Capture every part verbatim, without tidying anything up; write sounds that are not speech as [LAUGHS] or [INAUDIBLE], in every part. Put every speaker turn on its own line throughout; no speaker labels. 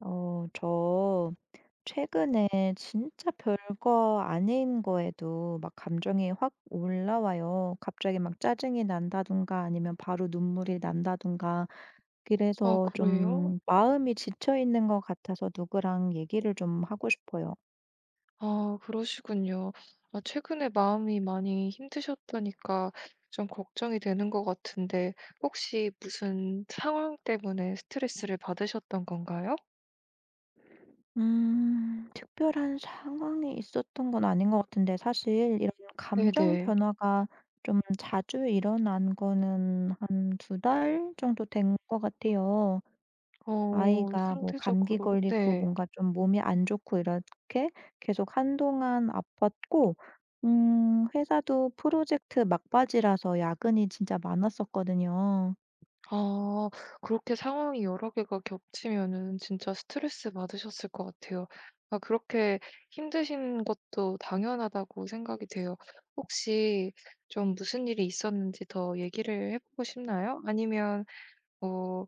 어, 저 최근에 진짜 별거 아닌 거에도 막 감정이 확 올라와요. 갑자기 막 짜증이 난다든가 아니면 바로 눈물이 난다든가.
아
그래서
그래요?
좀 마음이 지쳐 있는 것 같아서 누구랑 얘기를 좀 하고 싶어요.
아 그러시군요. 아 최근에 마음이 많이 힘드셨다니까 좀 걱정이 되는 것 같은데, 혹시 무슨 상황 때문에 스트레스를 받으셨던 건가요?
음, 특별한 상황이 있었던 건 아닌 것 같은데 사실 이런 감정
네네.
변화가 좀 자주 일어난 거는 한 두 달 정도 된 것 같아요.
어
아이가 뭐 감기
상대적으로
걸리고
네.
뭔가 좀 몸이 안 좋고 이렇게 계속 한동안 아팠고 음 회사도 프로젝트 막바지라서 야근이 진짜 많았었거든요.
아 그렇게 상황이 여러 개가 겹치면은 진짜 스트레스 받으셨을 것 같아요. 아 그렇게 힘드신 것도 당연하다고 생각이 돼요. 혹시 좀 무슨 일이 있었는지 더 얘기를 해 보고 싶나요? 아니면 어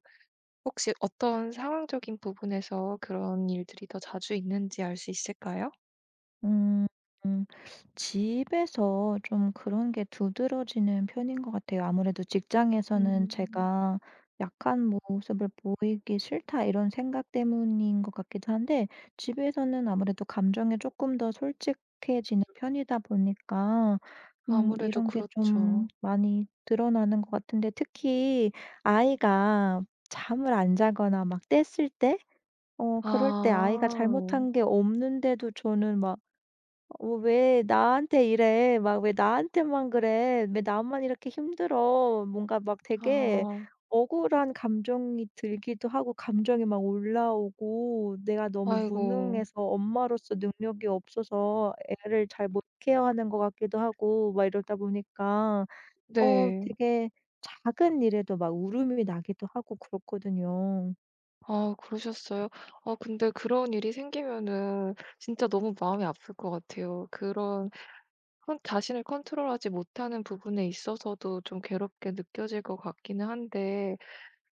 혹시 어떤 상황적인 부분에서 그런 일들이 더 자주 있는지 알 수 있을까요?
음. 음. 집에서 좀 그런 게 두드러지는 편인 것 같아요. 아무래도 직장에서는
음.
제가 '약한 모습을 보이기 싫다.' 이런 생각 때문인 것 같기도 한데 집에서는 아무래도 감정에 조금 더 솔직해지는 편이다 보니까 음
아무래도
이런 게 좀
그렇죠.
많이 드러나는 것 같은데 특히 아이가 잠을 안 자거나 막 뗐을 때 어 그럴 때 아이가
아.
잘못한 게 없는데도 저는 막 어 왜 나한테 이래. 막 왜 나한테만 그래. 왜 나만 이렇게 힘들어. 뭔가 막 되게
아.
억울한 감정이 들기도 하고 감정이 막 올라오고 내가 너무
아이고.
무능해서 엄마로서 능력이 없어서 애를 잘 못 케어하는 것 같기도 하고 막 이러다 보니까 어
네.
되게 작은 일에도 막 울음이 나기도 하고 그렇거든요.
아 그러셨어요? 아 근데 그런 일이 생기면은 진짜 너무 마음이 아플 것 같아요. 그런 컨 자신을 컨트롤하지 못하는 부분에 있어서도 좀 괴롭게 느껴질 것 같기는 한데,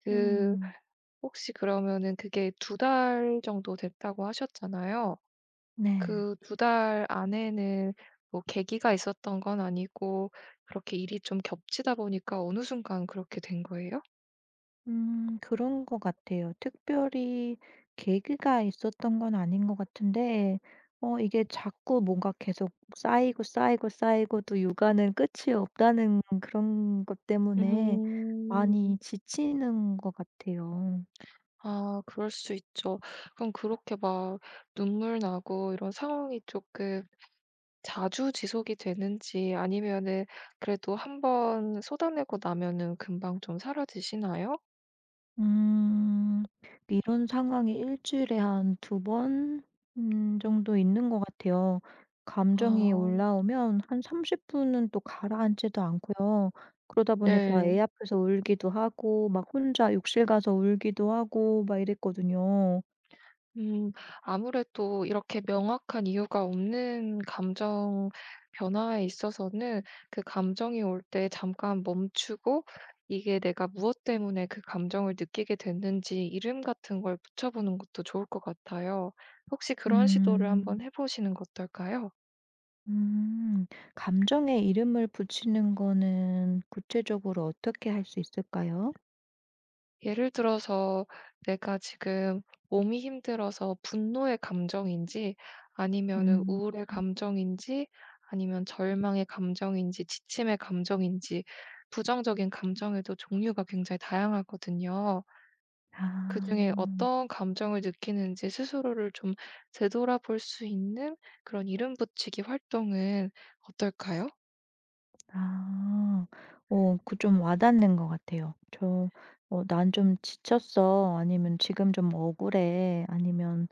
그
음.
혹시 그러면은 그게 두 달 정도 됐다고 하셨잖아요.
네.
그 두 달 안에는 뭐 계기가 있었던 건 아니고, 그렇게 일이 좀 겹치다 보니까 어느 순간 그렇게 된 거예요?
음 그런 것 같아요. 특별히 계기가 있었던 건 아닌 것 같은데 어 이게 자꾸 뭔가 계속 쌓이고 쌓이고 쌓이고 또 육아는 끝이 없다는 그런 것 때문에 많이
음.
지치는 것 같아요.
아 그럴 수 있죠. 그럼 그렇게 막 눈물 나고 이런 상황이 조금 자주 지속이 되는지, 아니면은 그래도 한번 쏟아내고 나면은 금방 좀 사라지시나요?
음. 이런 상황이 일 주일에 한 두 번 음 정도 있는 것 같아요. 감정이
아
올라오면 한 삼십 분 분은 또 가라앉지도 않고요. 그러다 보니까
네.
애 앞에서 울기도 하고 막 혼자 욕실 가서 울기도 하고 막 이랬거든요.
음, 아무래도 이렇게 명확한 이유가 없는 감정 변화에 있어서는 그 감정이 올 때 잠깐 멈추고 이게 내가 무엇 때문에 그 감정을 느끼게 됐는지 이름 같은 걸 붙여보는 것도 좋을 것 같아요. 혹시 그런 시도를 한번
음.
해보시는 거 어떨까요?
음. 감정에 이름을 붙이는 거는 구체적으로 어떻게 할 수 있을까요?
예를 들어서, 내가 지금 몸이 힘들어서 분노의 감정인지, 아니면은
음.
우울의 감정인지, 아니면 절망의 감정인지, 지침의 감정인지, 부정적인 감정에도 종류가 굉장히 다양하거든요.
아.
그중에 어떤 감정을 느끼는지 스스로를 좀 되돌아볼 수 있는 그런 이름 붙이기 활동은 어떨까요?
아. 어 그 좀 와닿는 것 같아요. 저 어 "난 좀 지쳤어." 아니면 "지금 좀 억울해." 아니면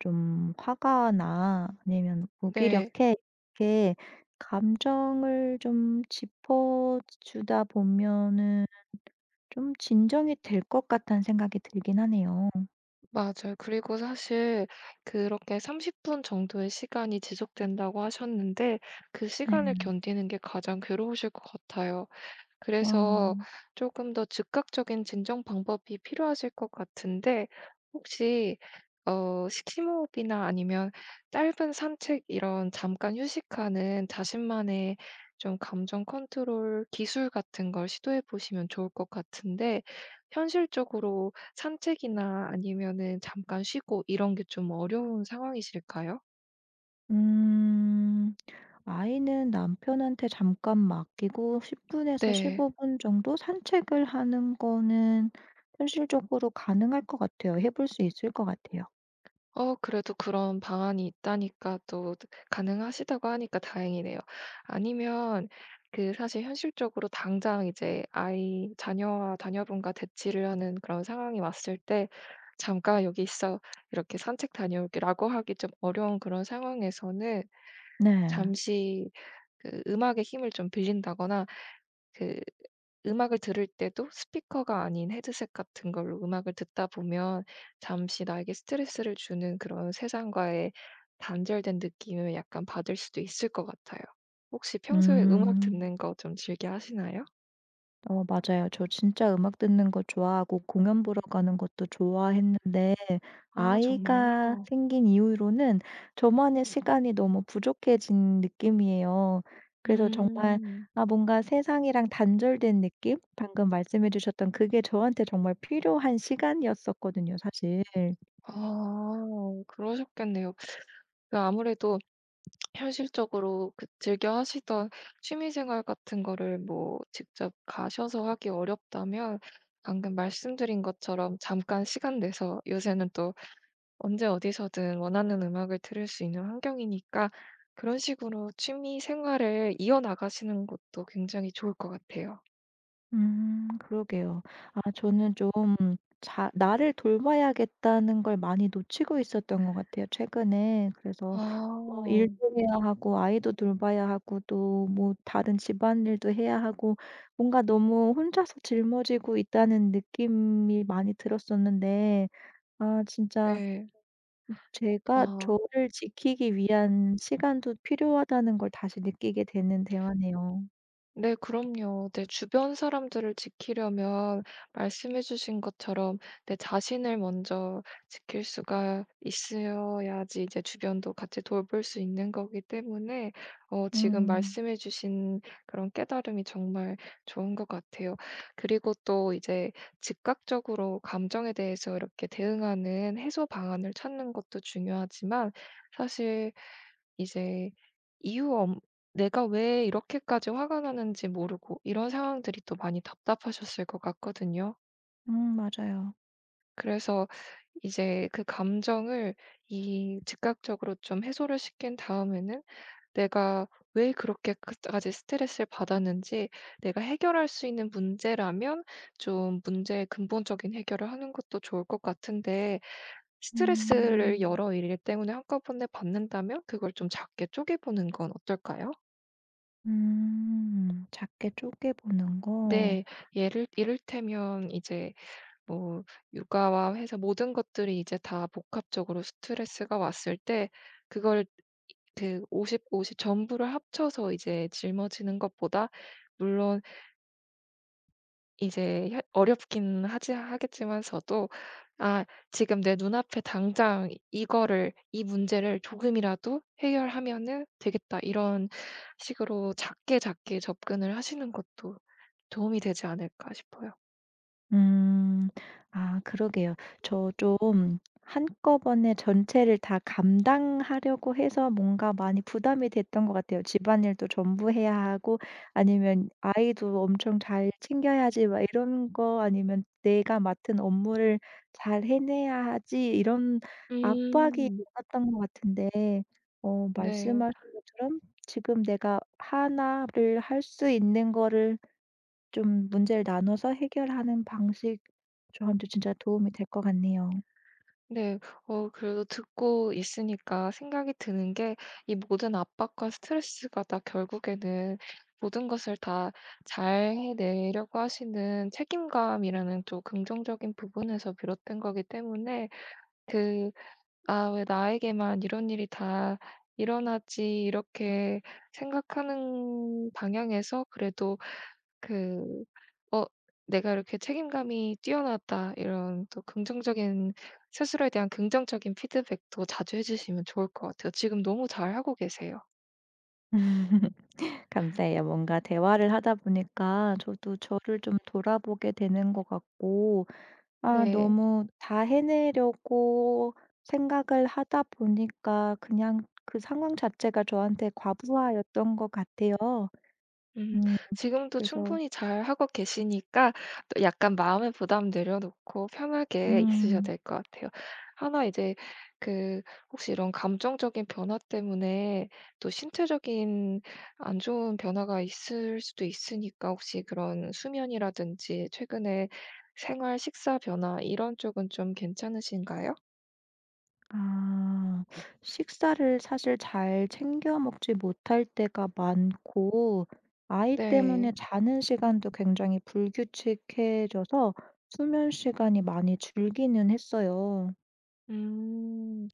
"좀 화가 나." 아니면
네.
"무기력해." 이렇게 감정을 좀 짚어 주다 보면은 좀 진정이 될 것 같다는 생각이 들긴 하네요.
맞아요. 그리고 사실 그렇게 삼십 분 정도의 시간이 지속된다고 하셨는데, 그 시간을
네.
견디는 게 가장 괴로우실 것 같아요.
와.
그래서 조금 더 즉각적인 진정 방법이 필요하실 것 같은데, 혹시 어 식심호흡이나 아니면 짧은 산책, 이런 잠깐 휴식하는 자신만의 좀 감정 컨트롤 기술 같은 걸 시도해 보시면 좋을 것 같은데, 현실적으로 산책이나 아니면은 잠깐 쉬고 이런 게 좀 어려운 상황이실까요?
음. 아이는 남편한테 잠깐 맡기고 십 분에서
네.
십오 분 정도 산책을 하는 거는 현실적으로 가능할 것 같아요. 해볼 수 있을 것 같아요.
어 그래도 그런 방안이 있다니까, 또 가능하시다고 하니까 다행이네요. 아니면 그 사실 현실적으로, 당장 이제 아이 자녀와 자녀분과 대치를 하는 그런 상황이 왔을 때 "잠깐 여기 있어. 이렇게 산책 다녀올게."라고 하기 좀 어려운 그런 상황에서는
네.
잠시 그 음악의 힘을 좀 빌린다거나, 그 음악을 들을 때도 스피커가 아닌 헤드셋 같은 걸로 음악을 듣다 보면 잠시 나에게 스트레스를 주는 그런 세상과의 단절된 느낌을 약간 받을 수도 있을 것 같아요. 혹시 평소에 음악
음.
듣는 거 좀 즐겨 하시나요?
어 맞아요. 저 진짜 음악 듣는 거 좋아하고 공연 보러 가는 것도 좋아했는데
아
아이가
정말요?
생긴 이후로는 저만의 시간이 너무 부족해진 느낌이에요. 그래서 정말
음.
아 뭔가 세상이랑 단절된 느낌? 방금 말씀해 주셨던 그게 저한테 정말 필요한 시간이었었거든요 사실.
아 그러셨겠네요. 그 아무래도 현실적으로 그 즐겨 하시던 취미생활 같은 거를 뭐 직접 가셔서 하기 어렵다면, 방금 말씀드린 것처럼 잠깐 시간 내서, 요새는 또 언제 어디서든 원하는 음악을 들을 수 있는 환경이니까 그런 식으로 취미생활을 이어나가시는 것도 굉장히 좋을 것 같아요.
음 그러게요. 아 저는 좀 자 나를 돌봐야겠다는 걸 많이 놓치고 있었던 것 같아요 최근에. 그래서 뭐
아.
일도 해야 하고 아이도 돌봐야 하고 또 뭐 다른 집안일도 해야 하고 뭔가 너무 혼자서 짊어지고 있다는 느낌이 많이 들었었는데 아 진짜
네.
제가
아.
저를 지키기 위한 시간도 필요하다는 걸 다시 느끼게 되는 대화네요.
네, 그럼요. 내 주변 사람들을 지키려면 말씀해 주신 것처럼 내 자신을 먼저 지킬 수가 있어야지 이제 주변도 같이 돌볼 수 있는 거기 때문에, 어, 지금
음.
말씀해 주신 그런 깨달음이 정말 좋은 것 같아요. 그리고 또 이제 즉각적으로 감정에 대해서 이렇게 대응하는 해소 방안을 찾는 것도 중요하지만, 사실 이제 이유 없 내가 왜 이렇게까지 화가 나는지 모르고 이런 상황들이 또 많이 답답하셨을 것 같거든요.
음 맞아요.
그래서 이제 그 감정을 이 즉각적으로 좀 해소를 시킨 다음에는 내가 왜 그렇게까지 스트레스를 받았는지, 내가 해결할 수 있는 문제라면 좀 문제의 근본적인 해결을 하는 것도 좋을 것 같은데, 스트레스를
음.
여러 일 때문에 한꺼번에 받는다면 그걸 좀 작게 쪼개보는 건 어떨까요?
음. 작게 쪼개 보는 거.
네. 예를 이를테면 이제 뭐 육아와 해서 모든 것들이 이제 다 복합적으로 스트레스가 왔을 때 그걸 그오십 대 오십 전부를 합쳐서 이제 짊어지는 것보다, 물론 이제 혀 어렵긴 하지 하겠지만서도 '아 지금 내 눈앞에 당장 이- 이거를 이 문제를 조금이라도 해결하면은 되겠다.' 이런 식으로 작게 작게 접근을 하시는 것도 도움이 되지 않을까 싶어요.
음. 아 그러게요. 저 좀 한꺼번에 전체를 다 감당하려고 해서 뭔가 많이 부담이 됐던 것 같아요. 집안일도 전부 해야 하고 아니면 아이도 엄청 잘 챙겨야지 막 이런 거 아니면 '내가 맡은 업무를 잘 해내야 하지.' 이런 압박이
음.
있었던 것 같은데 어
네.
말씀하신 것처럼 지금 내가 하나를 할 수 있는 거를 좀 문제를 나눠서 해결하는 방식 저한테 진짜 도움이 될 것 같네요.
네. 어 그래도 듣고 있으니까 생각이 드는 게, 이 모든 압박과 스트레스가 다 결국에는 모든 것을 다 잘 해내려고 하시는 책임감이라는 또 긍정적인 부분에서 비롯된 거기 때문에, 그 '아 왜 나에게만 이런 일이 다 일어나지.' 이렇게 생각하는 방향에서 그래도 그 '어 내가 이렇게 책임감이 뛰어났다.' 이런 또 긍정적인, 스스로에 대한 긍정적인 피드백도 자주 해 주시면 좋을 것 같아요. 지금 너무 잘하고 계세요.
[LAUGHS] 감사해요. 뭔가 대화를 하다 보니까 저도 저를 좀 돌아보게 되는 것 같고, 아,
네.
너무 다 해내려고 생각을 하다 보니까 그냥 그 상황 자체가 저한테 과부하였던 것 같아요.
음.
음,
지금도
그래서,
충분히 잘하고 계시니까 또 약간 마음의 부담 내려놓고 편하게 있으셔야
음.
될 것 같아요. 하나 이제 그 혹시 이런 감정적인 변화 때문에 또 신체적인 안 좋은 변화가 있을 수도 있으니까, 혹시 그런 수면이라든지 최근에 생활 식사 변화 이런 쪽은 좀 괜찮으신가요?
아. 식사를 사실 잘 챙겨 먹지 못할 때가 많고 아이 때문에
네.
자는 시간도 굉장히 불규칙해져서 수면 시간이 많이 줄기는 했어요.
음.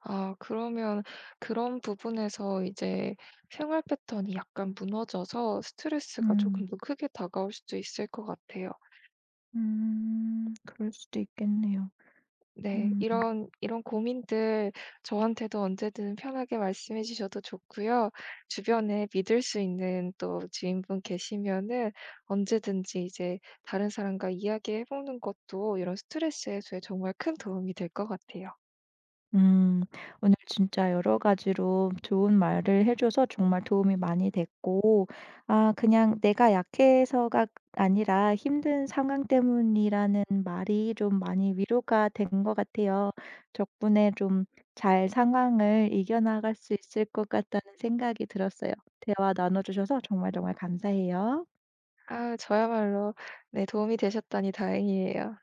아 그러면 그런 부분에서 이제 생활 패턴이 약간 무너져서 스트레스가 조금
음.
더 크게 다가올 수도 있을 것 같아요.
음. 그럴 수도 있겠네요.
네.
음.
이런 이런 고민들 저한테도 언제든 편하게 말씀해 주셔도 좋고요. 주변에 믿을 수 있는 또 지인분 계시면은 언제든지 이제 다른 사람과 이야기해 보는 것도 이런 스트레스 해소에 정말 큰 도움이 될 것 같아요.
음. 오늘 진짜 여러 가지로 좋은 말을 해 줘서 정말 도움이 많이 됐고 아 그냥 내가 약해서가 아니라 힘든 상황 때문이라는 말이 좀 많이 위로가 된 것 같아요. 덕분에 좀 잘 상황을 이겨나갈 수 있을 것 같다는 생각이 들었어요. 대화 나눠 주셔서 정말 정말 감사해요.
아 저야말로 네 도움이 되셨다니 다행이에요.